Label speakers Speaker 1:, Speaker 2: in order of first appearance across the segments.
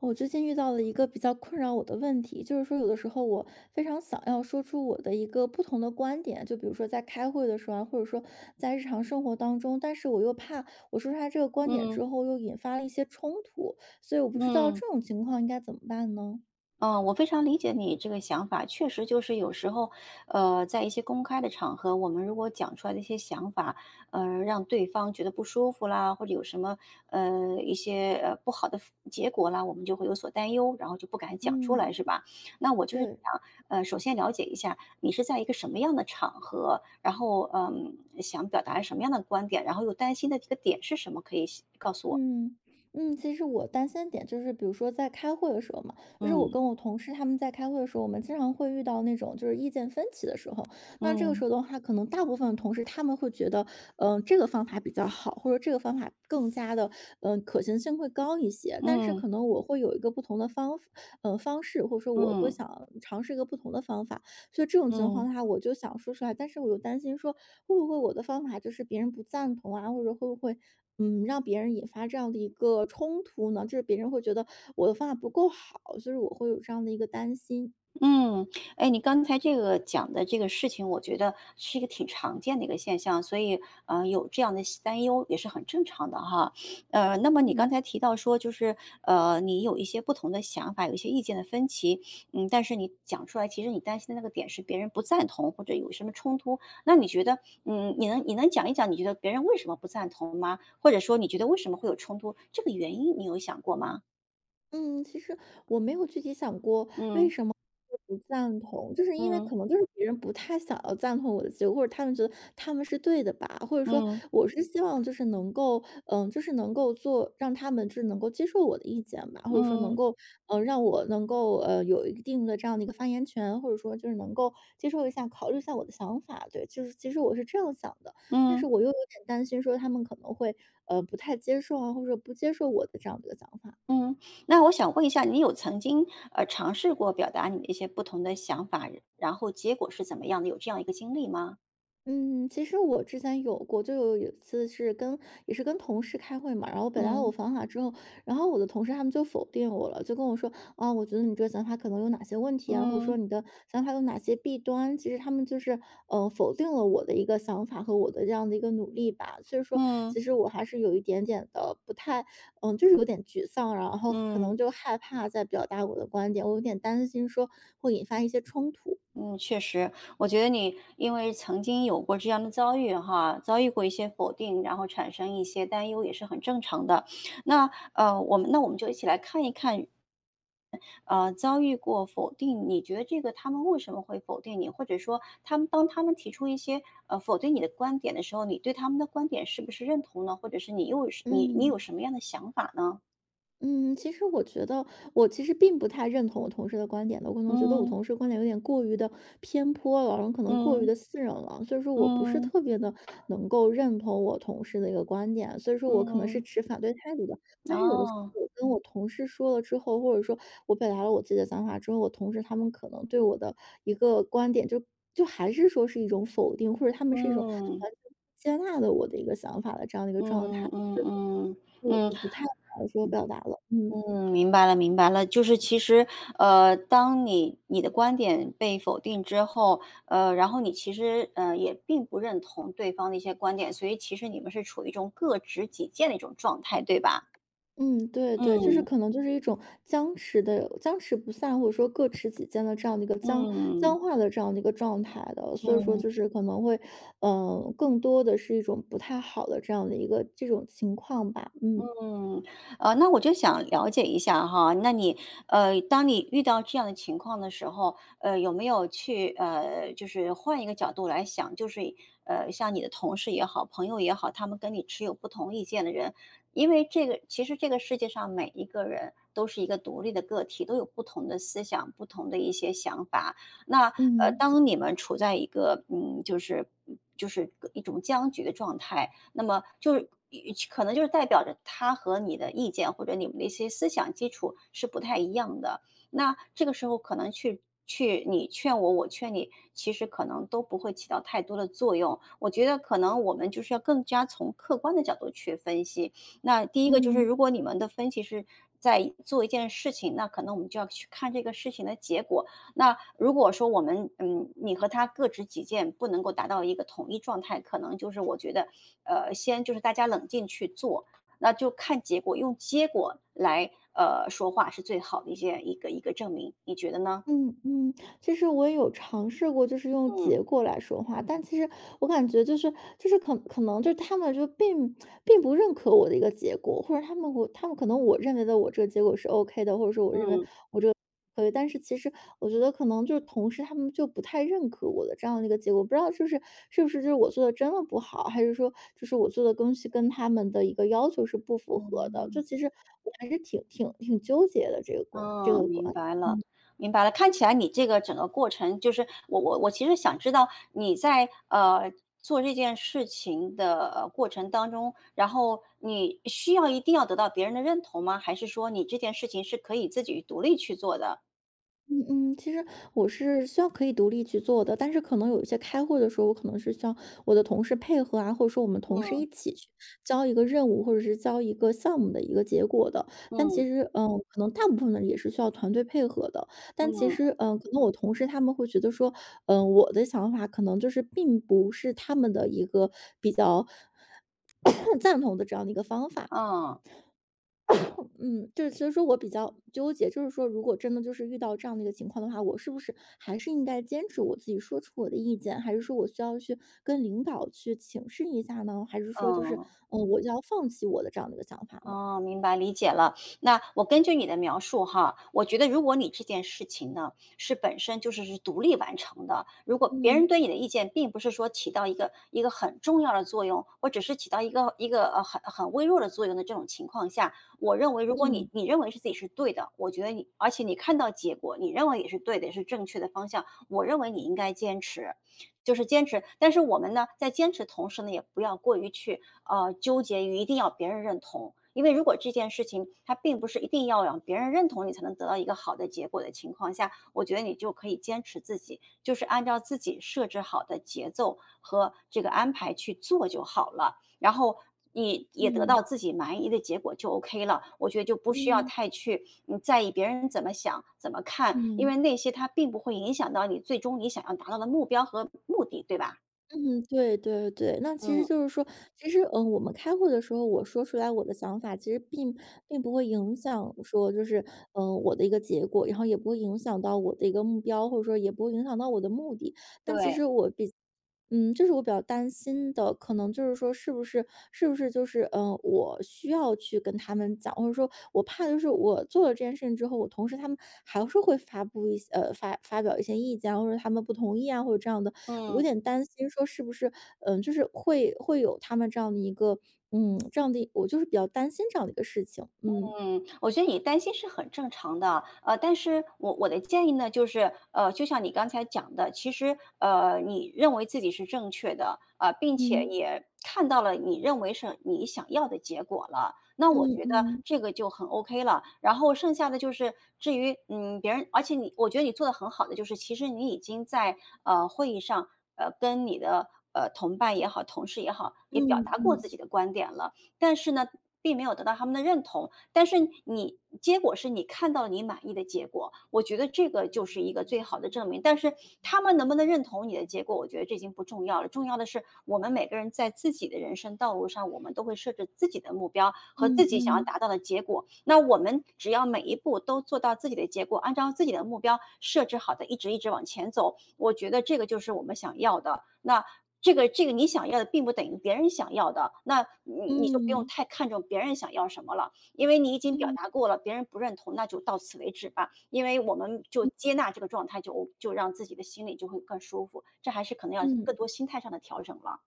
Speaker 1: 我最近遇到了一个比较困扰我的问题，就是说有的时候我非常想要说出我的一个不同的观点，就比如说在开会的时候啊，或者说在日常生活当中，但是我又怕我说出来这个观点
Speaker 2: 嗯
Speaker 1: 之后又引发了一些冲突，所以我不知道
Speaker 2: 嗯，
Speaker 1: 这种情况应该怎么办呢？
Speaker 2: 嗯，我非常理解你这个想法，确实就是有时候，在一些公开的场合，我们如果讲出来的一些想法，让对方觉得不舒服啦，或者有什么一些不好的结果啦，我们就会有所担忧，然后就不敢讲出来，
Speaker 1: 嗯，
Speaker 2: 是吧？那我就是
Speaker 1: 对。
Speaker 2: 想，首先了解一下你是在一个什么样的场合，然后想表达什么样的观点，然后又担心的这个点是什么，可以告诉我？
Speaker 1: 嗯嗯，其实我担心的点就是，比如说在开会的时候嘛，就是我
Speaker 2: 嗯
Speaker 1: 跟我同事他们在开会的时候，我们经常会遇到那种就是意见分歧的时候。那这个时
Speaker 2: 嗯
Speaker 1: 候的话，可能大部分的同事他们会觉得，这个方法比较好，或者这个方法更加的，可行性会高一些。但是
Speaker 2: 嗯
Speaker 1: 可能我会有一个不同的方，方式，或者说我会
Speaker 2: 嗯。
Speaker 1: 想尝试一个不同的方法。所以这种情况
Speaker 2: 嗯
Speaker 1: 的话，我就想说出来，但是我又担心说，会不会我的方法就是别人不赞同啊，或者会不会，嗯，让别人引发这样的一个冲突呢？就是别人会觉得我的方法不够好，就是我会有这样的一个担心。
Speaker 2: 嗯，哎，你刚才这个讲的这个事情，我觉得是一个挺常见的一个现象，所以有这样的西担忧也是很正常的哈。那么你刚
Speaker 1: 嗯
Speaker 2: 才提到说，就是你有一些不同的想法，有一些意见的分歧，嗯，但是你讲出来，其实你担心的那个点是别人不赞同或者有什么冲突，那你觉得，你能讲一讲，你觉得别人为什么不赞同吗？或者说你觉得为什么会有冲突，这个原因你有想过吗？
Speaker 1: 嗯，其实我没有具体想过为
Speaker 2: 嗯
Speaker 1: 什么。不赞同，就是因为
Speaker 2: 嗯
Speaker 1: 可能就是别人不太想要赞同我的结果，或者他们觉得他们是对的吧，或者说
Speaker 2: 嗯
Speaker 1: 我是希望就是能够，嗯，就是能够做，让他们就是能够接受我的意见吧，或者说能
Speaker 2: 嗯。
Speaker 1: 够，嗯，让我能够有一定的这样的一个发言权，或者说就是能够接受一下、考虑一下我的想法，对，就是其实我是这样想的，但是
Speaker 2: 嗯
Speaker 1: 我又有点担心说他们可能会不太接受啊，或者说不接受我的这样的一个想法。
Speaker 2: 嗯，那我想问一下，你有曾经尝试过表达你的一些不同的想法，然后结果是怎么样的？有这样一个经历吗？
Speaker 1: 嗯，其实我之前有过，就有一次是跟也是跟同事开会嘛，然后本来
Speaker 2: 嗯
Speaker 1: 我想法之后，然后我的同事他们就否定我了，就跟我说啊，我觉得你这个想法可能有哪些问题啊，或者
Speaker 2: 嗯
Speaker 1: 说你的想法有哪些弊端。其实他们就是否定了我的一个想法和我的这样的一个努力吧。所以说，
Speaker 2: 嗯
Speaker 1: 其实我还是有一点点的不太，嗯，就是有点沮丧，然后可能
Speaker 2: 嗯
Speaker 1: 就害怕再表达我的观点，我有点担心说会引发一些冲突。
Speaker 2: 嗯，确实，我觉得你因为曾经有过这样的遭遇哈，遭遇过一些否定，然后产生一些担忧也是很正常的。那那我们就一起来看一看遭遇过否定，你觉得这个他们为什么会否定你？或者说他们当他们提出一些，否定你的观点的时候，你对他们的观点是不是认同呢？或者是你又是你你有
Speaker 1: 嗯。
Speaker 2: 什么样的想法呢？
Speaker 1: 嗯，其实我觉得我其实并不太认同我同事的观点的，我可能觉得我
Speaker 2: 嗯，
Speaker 1: 同事观点有点过于的偏颇了，然后可能过于
Speaker 2: 嗯，
Speaker 1: 的私人了，所以说我不是
Speaker 2: 嗯，
Speaker 1: 特别的能够认同我同事的一个观点，所以说我可能是
Speaker 2: 嗯，
Speaker 1: 持反对态度的。但是有的时
Speaker 2: 哦，
Speaker 1: 候我跟我同事说了之后，或者说我表达了我自己的想法之后，我同事他们可能对我的一个观点就还是说是一种否定，或者他们是一种
Speaker 2: 嗯，
Speaker 1: 完全不接纳的我的一个想法的这样的一个状
Speaker 2: 嗯，
Speaker 1: 态，
Speaker 2: 嗯，嗯，
Speaker 1: 所以我
Speaker 2: 嗯。
Speaker 1: 就不太好说表达了，嗯。
Speaker 2: 嗯，明白了，明白了。就是其实，当你的观点被否定之后，然后你其实，也并不认同对方的一些观点，所以其实你们是处于一种各执己见的一种状态，对吧？
Speaker 1: 嗯，对对，就是
Speaker 2: 嗯
Speaker 1: 可能就是一种僵持不下，或者说各持己见的这样的一个僵
Speaker 2: 嗯
Speaker 1: 僵化的这样的一个状态的，所以说
Speaker 2: 嗯。
Speaker 1: 就是可能会，嗯，更多的是一种不太好的这样的一个这种情况吧，嗯
Speaker 2: 嗯，那我就想了解一下哈，那你当你遇到这样的情况的时候，有没有去就是换一个角度来想，就是像你的同事也好，朋友也好，他们跟你持有不同意见的人，因为这个其实这个世界上每一个人都是一个独立的个体，都有不同的思想、不同的一些想法。那
Speaker 1: 嗯
Speaker 2: 当你们处在一个就是就是一种僵局的状态。那么就是可能就是代表着他和你的意见或者你们的一些思想基础是不太一样的。那这个时候可能去你劝我，我劝你，其实可能都不会起到太多的作用。我觉得可能我们就是要更加从客观的角度去分析。那第一个就是，
Speaker 1: 嗯
Speaker 2: 如果你们的分析是在做一件事情，那可能我们就要去看这个事情的结果。那如果说我们，你和他各执己见，不能够达到一个统一状态，可能就是我觉得，先就是大家冷静去做，那就看结果，用结果来说话是最好的一些一个证明，你觉得呢？
Speaker 1: 嗯嗯，其实我也有尝试过，就是用
Speaker 2: 嗯
Speaker 1: 结果来说话，但其实我感觉就是可能就是他们就并不认可我的一个结果，或者他们可能我认为的我这个结果是 OK 的，或者说我认为
Speaker 2: 嗯
Speaker 1: 可以，但是其实我觉得可能就是同事他们就不太认可我的这样的一个结果，不知道是不是就是我做的真的不好，还是说就是我做的东西跟他们的一个要求是不符合的，就
Speaker 2: 嗯。
Speaker 1: 其实我还是挺纠结的这个这
Speaker 2: 嗯，
Speaker 1: 个
Speaker 2: 明
Speaker 1: 关
Speaker 2: 白了，明白了。看起来你这个整个过程，就是我其实想知道你在做这件事情的过程当中，然后你需要一定要得到别人的认同吗？还是说你这件事情是可以自己独立去做的？
Speaker 1: 嗯嗯，其实我是需要可以独立去做的，但是可能有一些开会的时候，我可能是需要我的同事配合啊，或者说我们同事
Speaker 2: 嗯
Speaker 1: 一起去交一个任务，或者是交一个项目的一个结果的。但其
Speaker 2: 嗯
Speaker 1: 实，嗯，可能大部分呢也是需要团队配合的。但其
Speaker 2: 嗯
Speaker 1: 实，嗯，可能我同事他们会觉得说，嗯，我的想法可能就是并不是他们的一个比较 赞同的这样的一个方法。
Speaker 2: 嗯
Speaker 1: 嗯，就是所以说我比较纠结，就是说，如果真的就是遇到这样的一个情况的话，我是不是还是应该坚持我自己说出我的意见，还是说我需要去跟领导去请示一下呢？还是说就是，
Speaker 2: 嗯。
Speaker 1: 我要放弃我的这样的一个想法呢？
Speaker 2: 哦，明白，理解了。那我根据你的描述哈，我觉得如果你这件事情呢，是本身就是是独立完成的，如果别人
Speaker 1: 嗯
Speaker 2: 对你的意见并不是说起到一个很重要的作用，或者是起到一个很微弱的作用的这种情况下，我认为如果你
Speaker 1: 嗯
Speaker 2: 你认为是自己是对的，我觉得你而且你看到结果，你认为也是对的，也是正确的方向，我认为你应该坚持。就是坚持，但是我们呢，在坚持同时呢，也不要过于去纠结于一定要别人认同。因为如果这件事情它并不是一定要让别人认同你才能得到一个好的结果的情况下，我觉得你就可以坚持自己，就是按照自己设置好的节奏和这个安排去做就好了。然后你也得
Speaker 1: 嗯嗯
Speaker 2: 到自己满意的结果就 OK 了。我觉得就不需要
Speaker 1: 嗯
Speaker 2: 太去在意别人怎么想、怎么看，因
Speaker 1: 嗯。
Speaker 2: 为那些它并不会影响到你最终你想要达到的目标和目的，对吧？
Speaker 1: 嗯，对对对，那其实
Speaker 2: 嗯，
Speaker 1: 就是说，其实，嗯，我们开会的时候，我说出来我的想法，其实并不会影响说，就是，嗯，我的一个结果，然后也不会影响到我的一个目标，或者说也不会影响到我的目的。
Speaker 2: 对，
Speaker 1: 嗯，这是我比较担心的，可能就是说，是不是就是，我需要去跟他们讲，或者说，我怕就是我做了这件事情之后，我同时他们还是会发布一些，呃，发表一些意见啊或者他们不同意啊，或者这样的，我有
Speaker 2: 嗯。
Speaker 1: 点担心说是不是，就是会有他们这样的一个，嗯，这样的，我就是比较担心这样的一个事情，嗯
Speaker 2: 嗯，我觉得你担心是很正常的，但是我的建议呢，就是，就像你刚才讲的，其实，你认为自己是正确的，并且
Speaker 1: 嗯
Speaker 2: 也看到了你认为是你想要的结果了，那我
Speaker 1: 嗯
Speaker 2: 觉得
Speaker 1: 嗯
Speaker 2: 这个就很 OK 了。然后剩下的就是，至于，别人，而且你，我觉得你做的很好的就是，其实你已经在会议上，跟你的同伴也好，同事也好，也表
Speaker 1: 嗯
Speaker 2: 达过自
Speaker 1: 嗯
Speaker 2: 己的观点了，但是呢。并没有得到他们的认同，但是你结果是你看到你满意的结果，我觉得这个就是一个最好的证明。但是他们能不能认同你的结果，我觉得这已经不重要了。重要的是我们每个人在自己的人生道路上，我们都会设置自己的目标和自
Speaker 1: 嗯
Speaker 2: 己想要
Speaker 1: 嗯
Speaker 2: 达到的结果。那我们只要每一步都做到自己的结果，按照自己的目标设置好的，一直一直往前走，我觉得这个就是我们想要的。那这个你想要的并不等于别人想要的，那你就不用
Speaker 1: 嗯
Speaker 2: 太看重别人想要什么了。因为你已经表
Speaker 1: 嗯
Speaker 2: 达过了，别人不认同，那就到此为止吧。因为我们就接纳这个状态，就让自己的心里就会更舒服。这还是可能要更
Speaker 1: 嗯。
Speaker 2: 多心态上的调整了。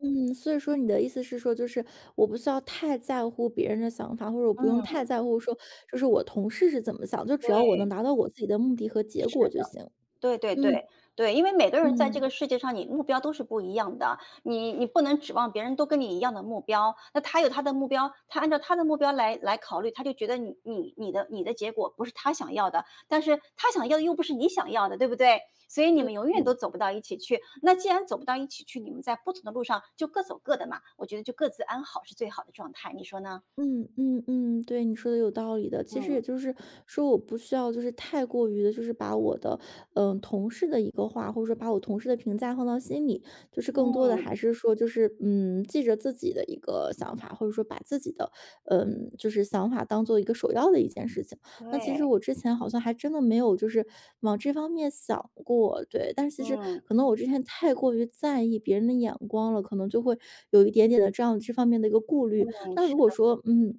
Speaker 1: 嗯，所以说你的意思是说，就是我不需要太在乎别人的想法，或者我不用
Speaker 2: 嗯，
Speaker 1: 太在乎说，就是我同事是怎么想，就只要我能
Speaker 2: 对，
Speaker 1: 达到我自己的目的和结
Speaker 2: 是
Speaker 1: 果就
Speaker 2: 的。
Speaker 1: 行。
Speaker 2: 对对
Speaker 1: 嗯
Speaker 2: 对，对，因为每个人在这
Speaker 1: 嗯。
Speaker 2: 个世界上，你目标都是不一样的，你不能指望别人都跟你一样的目标，那他有他的目标，他按照他的目标来考虑，他就觉得你的结果不是他想要的，但是他想要的又不是你想要的，对不对？所以你们永远都
Speaker 1: 嗯
Speaker 2: 走不到一起去。那既然走不到一起去，你们在不同的路上就各走各的嘛，我觉得就各自安好是最好的状态，你说呢？
Speaker 1: 嗯嗯嗯，对，你说的有道理的。其实也
Speaker 2: 嗯
Speaker 1: 就是说，我不需要就是太过于的，就是把我的同事的一个话，或者说把我同事的评价放到心里，就是更多的
Speaker 2: 嗯，
Speaker 1: 还是说就是嗯，记着自己的一个想法，或者说把自己的就是想法当做一个首要的一件事情。那其实
Speaker 2: 对，
Speaker 1: 我之前好像还真的没有就是往这方面想过，对。但是其实
Speaker 2: 嗯
Speaker 1: 可能我之前太过于在意别人的眼光了，可能就会有一点点的这样这方面的一个顾虑。
Speaker 2: 嗯，
Speaker 1: 那
Speaker 2: 是
Speaker 1: 如
Speaker 2: 的，
Speaker 1: 果说，嗯，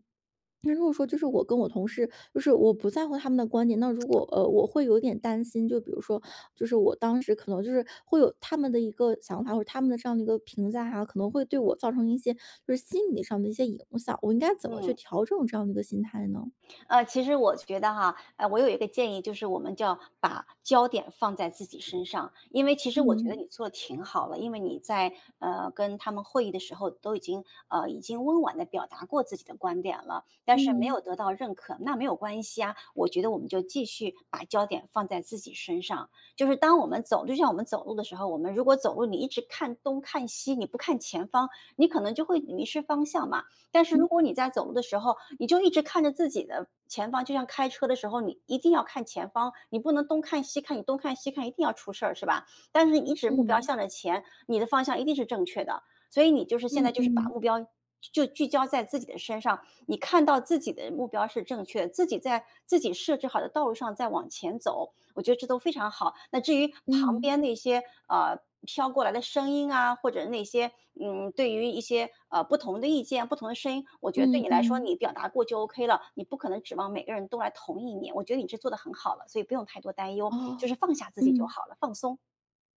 Speaker 1: 那如果说就是我跟我同事，就是我不在乎他们的观点，那如果我会有点担心，就比如说，就是我当时可能就是会有他们的一个想法，或者他们的这样的一个评价哈，可能会对我造成一些就是心理上的一些影响，我应该怎么去
Speaker 2: 嗯。
Speaker 1: 调整这样的一个心态呢？
Speaker 2: 其实我觉得哈，我有一个建议，就是我们就要把焦点放在自己身上，因为其实我觉得
Speaker 1: 嗯
Speaker 2: 你做的挺好了，因为你在跟他们会议的时候都已经温婉的表达过自己的观点了，但是没
Speaker 1: 嗯
Speaker 2: 有得到认可，那没有关系啊，我觉得我们就继续把焦点放在自己身上，就是当我们走，就像我们走路的时候，我们如果走路你一直看东看西，你不看前方，你可能就会迷失方向嘛。但是
Speaker 1: 嗯
Speaker 2: 如果你在走路的时候，你就一直看着自己的前方，就像开车的时候，你一定要看前方，你不能东看西看，你东看西看一定要出事儿，是吧？但是你一直目标
Speaker 1: 嗯
Speaker 2: 向着前，你的方向一定是正确的。所以你就是现在
Speaker 1: 嗯
Speaker 2: 就是把
Speaker 1: 嗯
Speaker 2: 目标就聚焦在自己的身上，你看到自己的目标是正确的，自己在自己设置好的道路上在往前走，我觉得这都非常好。那至于旁
Speaker 1: 嗯
Speaker 2: 边那些呃飘过来的声音啊，或者那些对于一些不同的意见、不同的声音，我觉得对
Speaker 1: 嗯
Speaker 2: 你来说，
Speaker 1: 嗯，
Speaker 2: 你表达过就 OK 了，你不可能指望每个人都来同意你。我觉得你这做的很好了，所以不用太多担忧，就
Speaker 1: 哦，
Speaker 2: 是放下自己就
Speaker 1: 嗯。
Speaker 2: 好了，放松。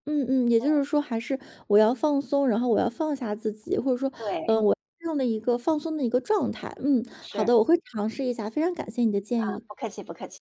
Speaker 1: 嗯嗯，也就是说还是我要放松，然后我要放下自己，或者说，
Speaker 2: 对，
Speaker 1: 我这样的一个放松的一个状态。嗯，好
Speaker 2: 是
Speaker 1: 的，我会尝试一下，非常感谢你的建
Speaker 2: 啊，
Speaker 1: 议。
Speaker 2: 不客气，不客气。